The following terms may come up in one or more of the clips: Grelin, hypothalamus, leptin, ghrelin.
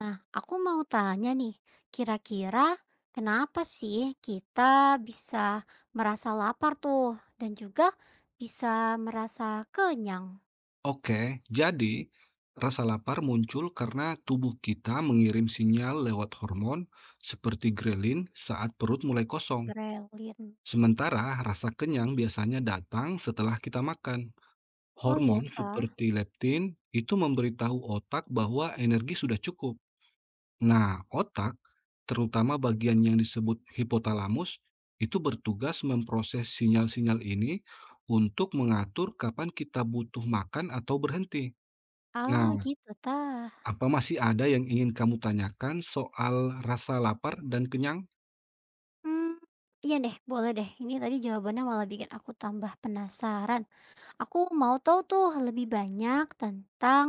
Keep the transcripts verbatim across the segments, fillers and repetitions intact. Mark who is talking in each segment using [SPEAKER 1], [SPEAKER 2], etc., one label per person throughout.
[SPEAKER 1] Nah, aku mau tanya nih, kira-kira kenapa sih kita bisa merasa lapar tuh dan juga bisa merasa kenyang?
[SPEAKER 2] Oke, jadi rasa lapar muncul karena tubuh kita mengirim sinyal lewat hormon seperti grelin saat perut mulai kosong.
[SPEAKER 1] Grelin.
[SPEAKER 2] Sementara rasa kenyang biasanya datang setelah kita makan.
[SPEAKER 1] Oh iya
[SPEAKER 2] Hormon
[SPEAKER 1] kah?
[SPEAKER 2] seperti leptin itu memberitahu otak bahwa energi sudah cukup. Nah, otak, terutama bagian yang disebut hipotalamus, itu bertugas memproses sinyal-sinyal ini untuk mengatur kapan kita butuh makan atau berhenti.
[SPEAKER 1] Ah
[SPEAKER 2] Nah,
[SPEAKER 1] gitu tah.
[SPEAKER 2] apa masih ada yang ingin kamu tanyakan soal rasa lapar dan kenyang?
[SPEAKER 1] Hmm, iya deh, boleh deh. Ini tadi jawabannya malah bikin aku tambah penasaran. Aku mau tahu tuh lebih banyak tentang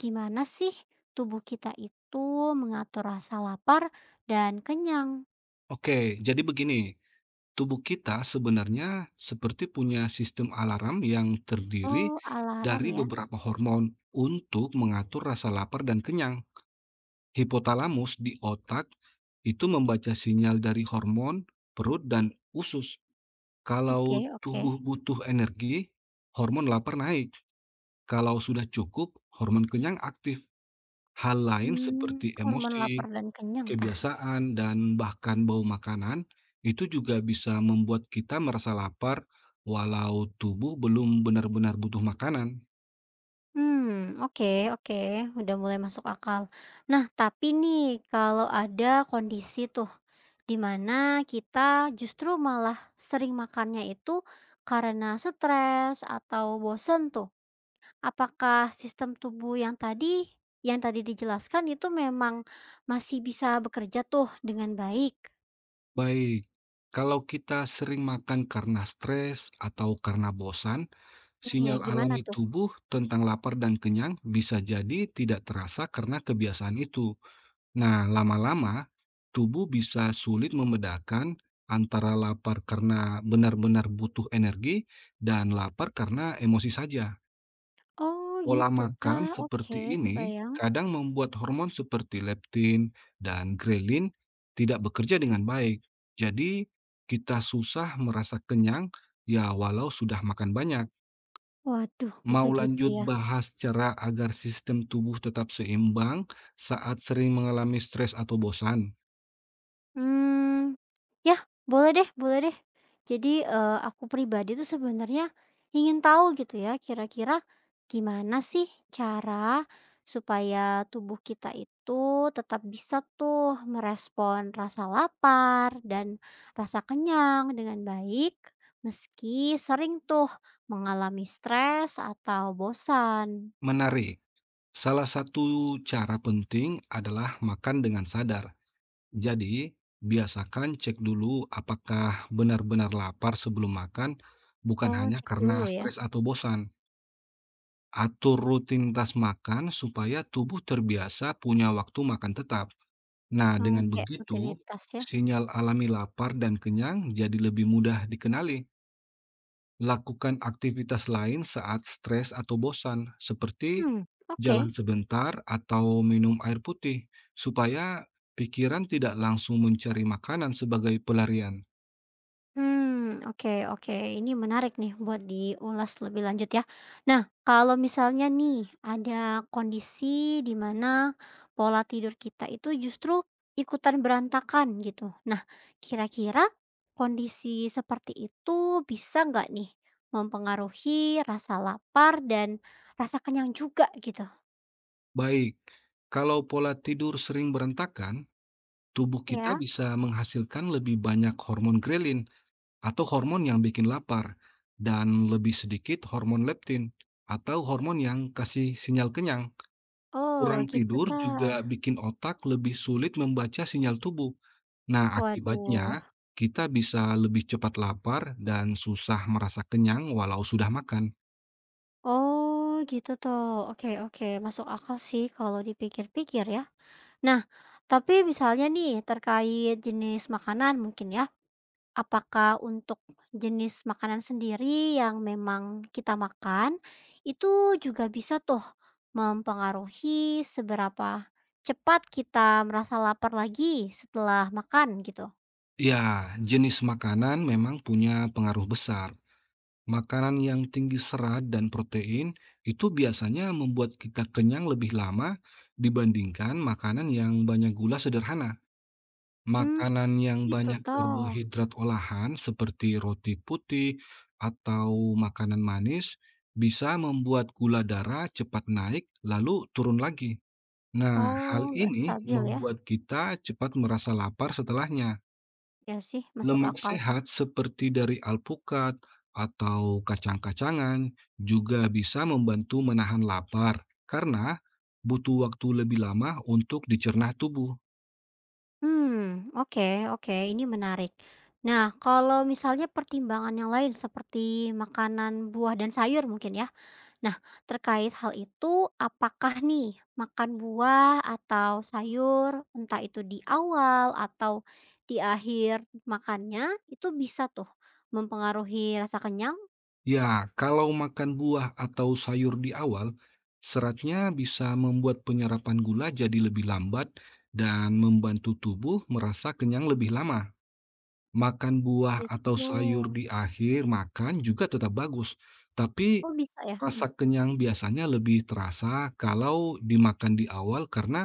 [SPEAKER 1] gimana sih tubuh kita itu mengatur rasa lapar dan kenyang.
[SPEAKER 2] Oke, jadi begini, tubuh kita sebenarnya seperti punya sistem alarm yang terdiri
[SPEAKER 1] Oh, alarm
[SPEAKER 2] dari
[SPEAKER 1] ya.
[SPEAKER 2] beberapa hormon untuk mengatur rasa lapar dan kenyang. Hipotalamus di otak itu membaca sinyal dari hormon perut dan usus.
[SPEAKER 1] Oke,
[SPEAKER 2] Kalau
[SPEAKER 1] oke.
[SPEAKER 2] tubuh butuh energi, hormon lapar naik. Kalau sudah cukup, hormon kenyang aktif. Hal lain
[SPEAKER 1] Hmm,
[SPEAKER 2] seperti
[SPEAKER 1] hormon lapar
[SPEAKER 2] emosi,
[SPEAKER 1] dan kenyang tah?
[SPEAKER 2] kebiasaan dan bahkan bau makanan itu juga bisa membuat kita merasa lapar walau tubuh belum benar-benar butuh makanan.
[SPEAKER 1] Hmm, oke oke, udah mulai masuk akal. Nah, tapi nih kalau ada kondisi tuh di mana kita justru malah sering makannya itu karena stres atau bosen tuh, apakah sistem tubuh yang tadi yang tadi dijelaskan itu memang masih bisa bekerja tuh dengan baik?
[SPEAKER 2] Baik, kalau kita sering makan karena stres atau karena bosan,
[SPEAKER 1] Nah ya
[SPEAKER 2] sinyal
[SPEAKER 1] gimana
[SPEAKER 2] alami
[SPEAKER 1] tuh?
[SPEAKER 2] tubuh tentang lapar dan kenyang bisa jadi tidak terasa karena kebiasaan itu. Nah, lama-lama tubuh bisa sulit membedakan antara lapar karena benar-benar butuh energi dan lapar karena emosi saja.
[SPEAKER 1] Oh
[SPEAKER 2] Pola
[SPEAKER 1] gitu ta,
[SPEAKER 2] makan seperti
[SPEAKER 1] oke
[SPEAKER 2] ini
[SPEAKER 1] kebayang.
[SPEAKER 2] kadang membuat hormon seperti leptin dan grelin tidak bekerja dengan baik. Jadi, kita susah merasa kenyang ya walau sudah makan banyak.
[SPEAKER 1] Waduh, bisa
[SPEAKER 2] Mau
[SPEAKER 1] gitu
[SPEAKER 2] lanjut
[SPEAKER 1] ya?
[SPEAKER 2] bahas cara agar sistem tubuh tetap seimbang saat sering mengalami stres atau bosan?
[SPEAKER 1] Hmm, ya, boleh deh boleh deh. Jadi, eee, aku pribadi tuh sebenarnya ingin tahu gitu ya, kira-kira gimana sih cara supaya tubuh kita itu tetap bisa tuh merespon rasa lapar dan rasa kenyang dengan baik, meski sering tuh mengalami stres atau bosan?
[SPEAKER 2] Menarik. Salah satu cara penting adalah makan dengan sadar. Jadi, biasakan cek dulu apakah benar-benar lapar sebelum makan, bukan
[SPEAKER 1] Oh,
[SPEAKER 2] hanya
[SPEAKER 1] cek
[SPEAKER 2] karena
[SPEAKER 1] dulu ya?
[SPEAKER 2] stres atau bosan. Atur rutinitas makan supaya tubuh terbiasa punya waktu makan tetap. Nah, dengan
[SPEAKER 1] Oke,
[SPEAKER 2] begitu,
[SPEAKER 1] rutinitas ya?
[SPEAKER 2] sinyal alami lapar dan kenyang jadi lebih mudah dikenali. Lakukan aktivitas lain saat stres atau bosan, seperti
[SPEAKER 1] Hmm, oke.
[SPEAKER 2] jalan sebentar atau minum air putih supaya pikiran tidak langsung mencari makanan sebagai pelarian.
[SPEAKER 1] Hmm, oke oke. Ini menarik nih buat diulas lebih lanjut ya. Nah, kalau misalnya nih ada kondisi di mana pola tidur kita itu justru ikutan berantakan gitu. Nah, kira-kira kondisi seperti itu bisa nggak nih mempengaruhi rasa lapar dan rasa kenyang juga gitu?
[SPEAKER 2] Baik, kalau pola tidur sering berantakan, tubuh kita
[SPEAKER 1] Ya?
[SPEAKER 2] bisa menghasilkan lebih banyak hormon grelin atau hormon yang bikin lapar dan lebih sedikit hormon leptin atau hormon yang kasih sinyal kenyang.
[SPEAKER 1] Oh
[SPEAKER 2] Kurang
[SPEAKER 1] gitu
[SPEAKER 2] tidur
[SPEAKER 1] tah.
[SPEAKER 2] juga bikin otak lebih sulit membaca sinyal tubuh. Nah,
[SPEAKER 1] Waduh.
[SPEAKER 2] akibatnya kita bisa lebih cepat lapar dan susah merasa kenyang walau sudah makan.
[SPEAKER 1] Oh gitu toh. Oke oke, masuk akal sih kalau dipikir-pikir ya. Nah, tapi misalnya nih terkait jenis makanan mungkin ya, apakah untuk jenis makanan sendiri yang memang kita makan itu juga bisa tuh mempengaruhi seberapa cepat kita merasa lapar lagi setelah makan gitu?
[SPEAKER 2] Ya, jenis makanan memang punya pengaruh besar. Makanan yang tinggi serat dan protein itu biasanya membuat kita kenyang lebih lama dibandingkan makanan yang banyak gula sederhana.
[SPEAKER 1] Mmm,
[SPEAKER 2] Makanan yang
[SPEAKER 1] gitu
[SPEAKER 2] banyak
[SPEAKER 1] toh.
[SPEAKER 2] karbohidrat olahan seperti roti putih atau makanan manis bisa membuat gula darah cepat naik lalu turun lagi. Nah, hal
[SPEAKER 1] Oh, nggak
[SPEAKER 2] ini
[SPEAKER 1] stabil ya.
[SPEAKER 2] membuat kita cepat merasa lapar setelahnya.
[SPEAKER 1] Ya sih masuk
[SPEAKER 2] Lemak
[SPEAKER 1] akal.
[SPEAKER 2] sehat seperti dari alpukat atau kacang-kacangan juga bisa membantu menahan lapar karena butuh waktu lebih lama untuk dicerna tubuh.
[SPEAKER 1] Hmm, oke oke, ini menarik. Nah, kalau misalnya pertimbangan yang lain seperti makanan buah dan sayur mungkin ya. Nah, terkait hal itu, apakah nih makan buah atau sayur, entah itu di awal atau di akhir makannya, itu bisa tuh mempengaruhi rasa kenyang?
[SPEAKER 2] Ya, kalau makan buah atau sayur di awal, seratnya bisa membuat penyerapan gula jadi lebih lambat dan membantu tubuh merasa kenyang lebih lama. Makan buah atau
[SPEAKER 1] Gitu.
[SPEAKER 2] sayur di akhir makan juga tetap bagus, tapi
[SPEAKER 1] Oh, bisa ya?
[SPEAKER 2] rasa
[SPEAKER 1] Mhm.
[SPEAKER 2] kenyang biasanya lebih terasa kalau dimakan di awal karena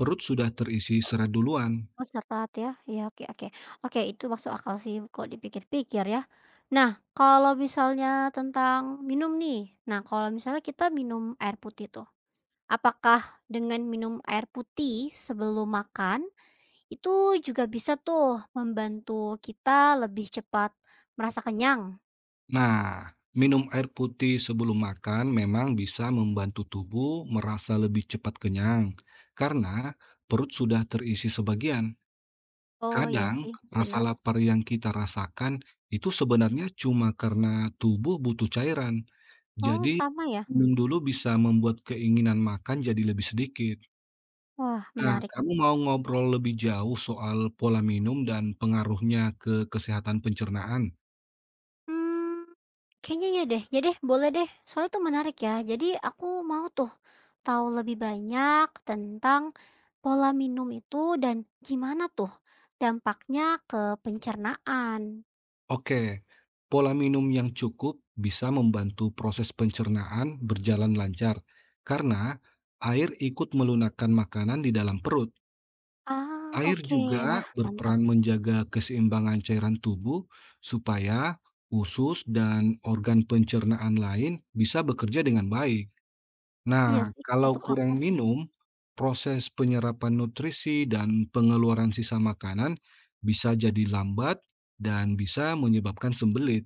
[SPEAKER 2] perut sudah terisi serat duluan.
[SPEAKER 1] Oh serat ya? Iya, oke oke. Oke itu masuk akal sih kalau dipikir-pikir ya. Nah kalau misalnya tentang minum nih, nah kalau misalnya kita minum air putih tuh, apakah dengan minum air putih sebelum makan, itu juga bisa tuh membantu kita lebih cepat merasa kenyang?
[SPEAKER 2] Nah, minum air putih sebelum makan memang bisa membantu tubuh merasa lebih cepat kenyang karena perut sudah terisi sebagian.
[SPEAKER 1] Oh iya
[SPEAKER 2] Kadang
[SPEAKER 1] sih
[SPEAKER 2] rasa
[SPEAKER 1] benar.
[SPEAKER 2] lapar yang kita rasakan itu sebenarnya cuma karena tubuh butuh cairan.
[SPEAKER 1] Oh
[SPEAKER 2] Jadi,
[SPEAKER 1] sama ya?
[SPEAKER 2] minum dulu bisa membuat keinginan makan jadi lebih sedikit.
[SPEAKER 1] Wah
[SPEAKER 2] Nah,
[SPEAKER 1] menarik.
[SPEAKER 2] kamu mau ngobrol lebih jauh soal pola minum dan pengaruhnya ke kesehatan pencernaan?
[SPEAKER 1] Mmm, kayaknya ya deh, iya deh, boleh deh, soalnya tuh menarik ya. Jadi aku mau tuh tahu lebih banyak tentang pola minum itu dan gimana tuh dampaknya ke pencernaan.
[SPEAKER 2] Oke, pola minum yang cukup bisa membantu proses pencernaan berjalan lancar karena air ikut melunakkan makanan di dalam perut.
[SPEAKER 1] Ah,
[SPEAKER 2] Air
[SPEAKER 1] oke,
[SPEAKER 2] juga
[SPEAKER 1] wah mantap.
[SPEAKER 2] berperan menjaga keseimbangan cairan tubuh supaya usus dan organ pencernaan lain bisa bekerja dengan baik. Nah,
[SPEAKER 1] Iya sih,
[SPEAKER 2] kalau
[SPEAKER 1] masuk
[SPEAKER 2] kurang
[SPEAKER 1] akal sih.
[SPEAKER 2] minum, proses penyerapan nutrisi dan pengeluaran sisa makanan bisa jadi lambat dan bisa menyebabkan sembelit.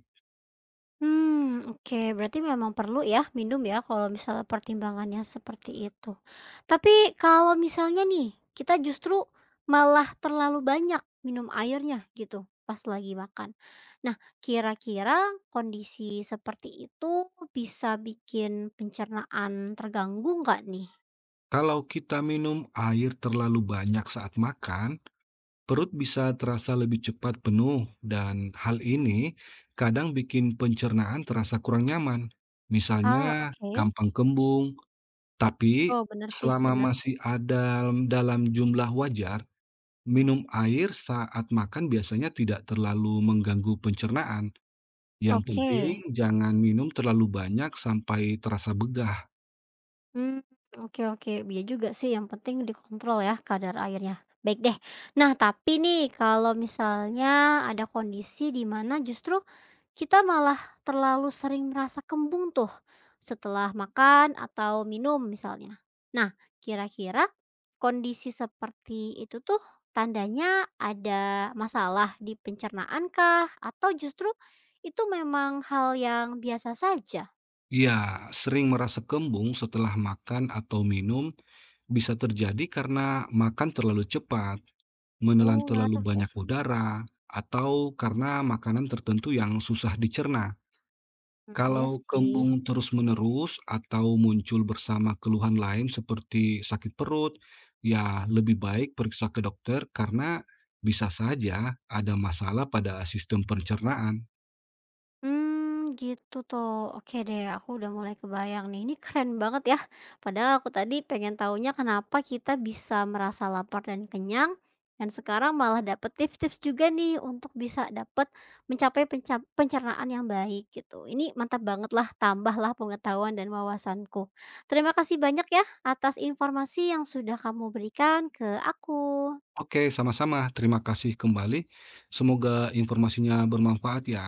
[SPEAKER 1] Hmm, oke, berarti memang perlu ya minum ya kalau misalnya pertimbangannya seperti itu. Tapi kalau misalnya nih, kita justru malah terlalu banyak minum airnya gitu pas lagi makan. Nah, kira-kira kondisi seperti itu bisa bikin pencernaan terganggu nggak nih?
[SPEAKER 2] Kalau kita minum air terlalu banyak saat makan, perut bisa terasa lebih cepat penuh, dan hal ini kadang bikin pencernaan terasa kurang nyaman.
[SPEAKER 1] Ah
[SPEAKER 2] Misalnya,
[SPEAKER 1] oke.
[SPEAKER 2] gampang kembung, tapi
[SPEAKER 1] Oh, bener sih,
[SPEAKER 2] selama
[SPEAKER 1] bener.
[SPEAKER 2] masih ada dalam jumlah wajar, minum air saat makan biasanya tidak terlalu mengganggu pencernaan. Yang
[SPEAKER 1] Oke.
[SPEAKER 2] penting, jangan minum terlalu banyak sampai terasa begah.
[SPEAKER 1] Hmm, oke oke. Iya juga sih yang penting dikontrol ya kadar airnya. Baik deh. Nah, tapi nih kalau misalnya ada kondisi di mana justru kita malah terlalu sering merasa kembung tuh setelah makan atau minum misalnya. Nah, kira-kira kondisi seperti itu tuh tandanya ada masalah di pencernaan kah? Atau justru itu memang hal yang biasa saja?
[SPEAKER 2] Ya, sering merasa kembung setelah makan atau minum bisa terjadi karena makan terlalu cepat, menelan
[SPEAKER 1] Oh,
[SPEAKER 2] terlalu
[SPEAKER 1] ngaruh ya?
[SPEAKER 2] banyak udara, atau karena makanan tertentu yang susah dicerna.
[SPEAKER 1] Mmm, iya
[SPEAKER 2] Kalau
[SPEAKER 1] sih.
[SPEAKER 2] kembung terus-menerus atau muncul bersama keluhan lain seperti sakit perut, ya lebih baik periksa ke dokter karena bisa saja ada masalah pada sistem pencernaan.
[SPEAKER 1] Hmm, gitu toh. Oke deh, aku udah mulai kebayang nih. Ini keren banget ya. Padahal aku tadi pengen taunya kenapa kita bisa merasa lapar dan kenyang, dan sekarang malah dapet tips-tips juga nih untuk bisa dapet mencapai penca pencernaan yang baik gitu. Ini mantap banget lah, tambahlah pengetahuan dan wawasanku. Terima kasih banyak ya atas informasi yang sudah kamu berikan ke aku.
[SPEAKER 2] Oke, sama-sama. Terima kasih kembali. Semoga informasinya bermanfaat ya.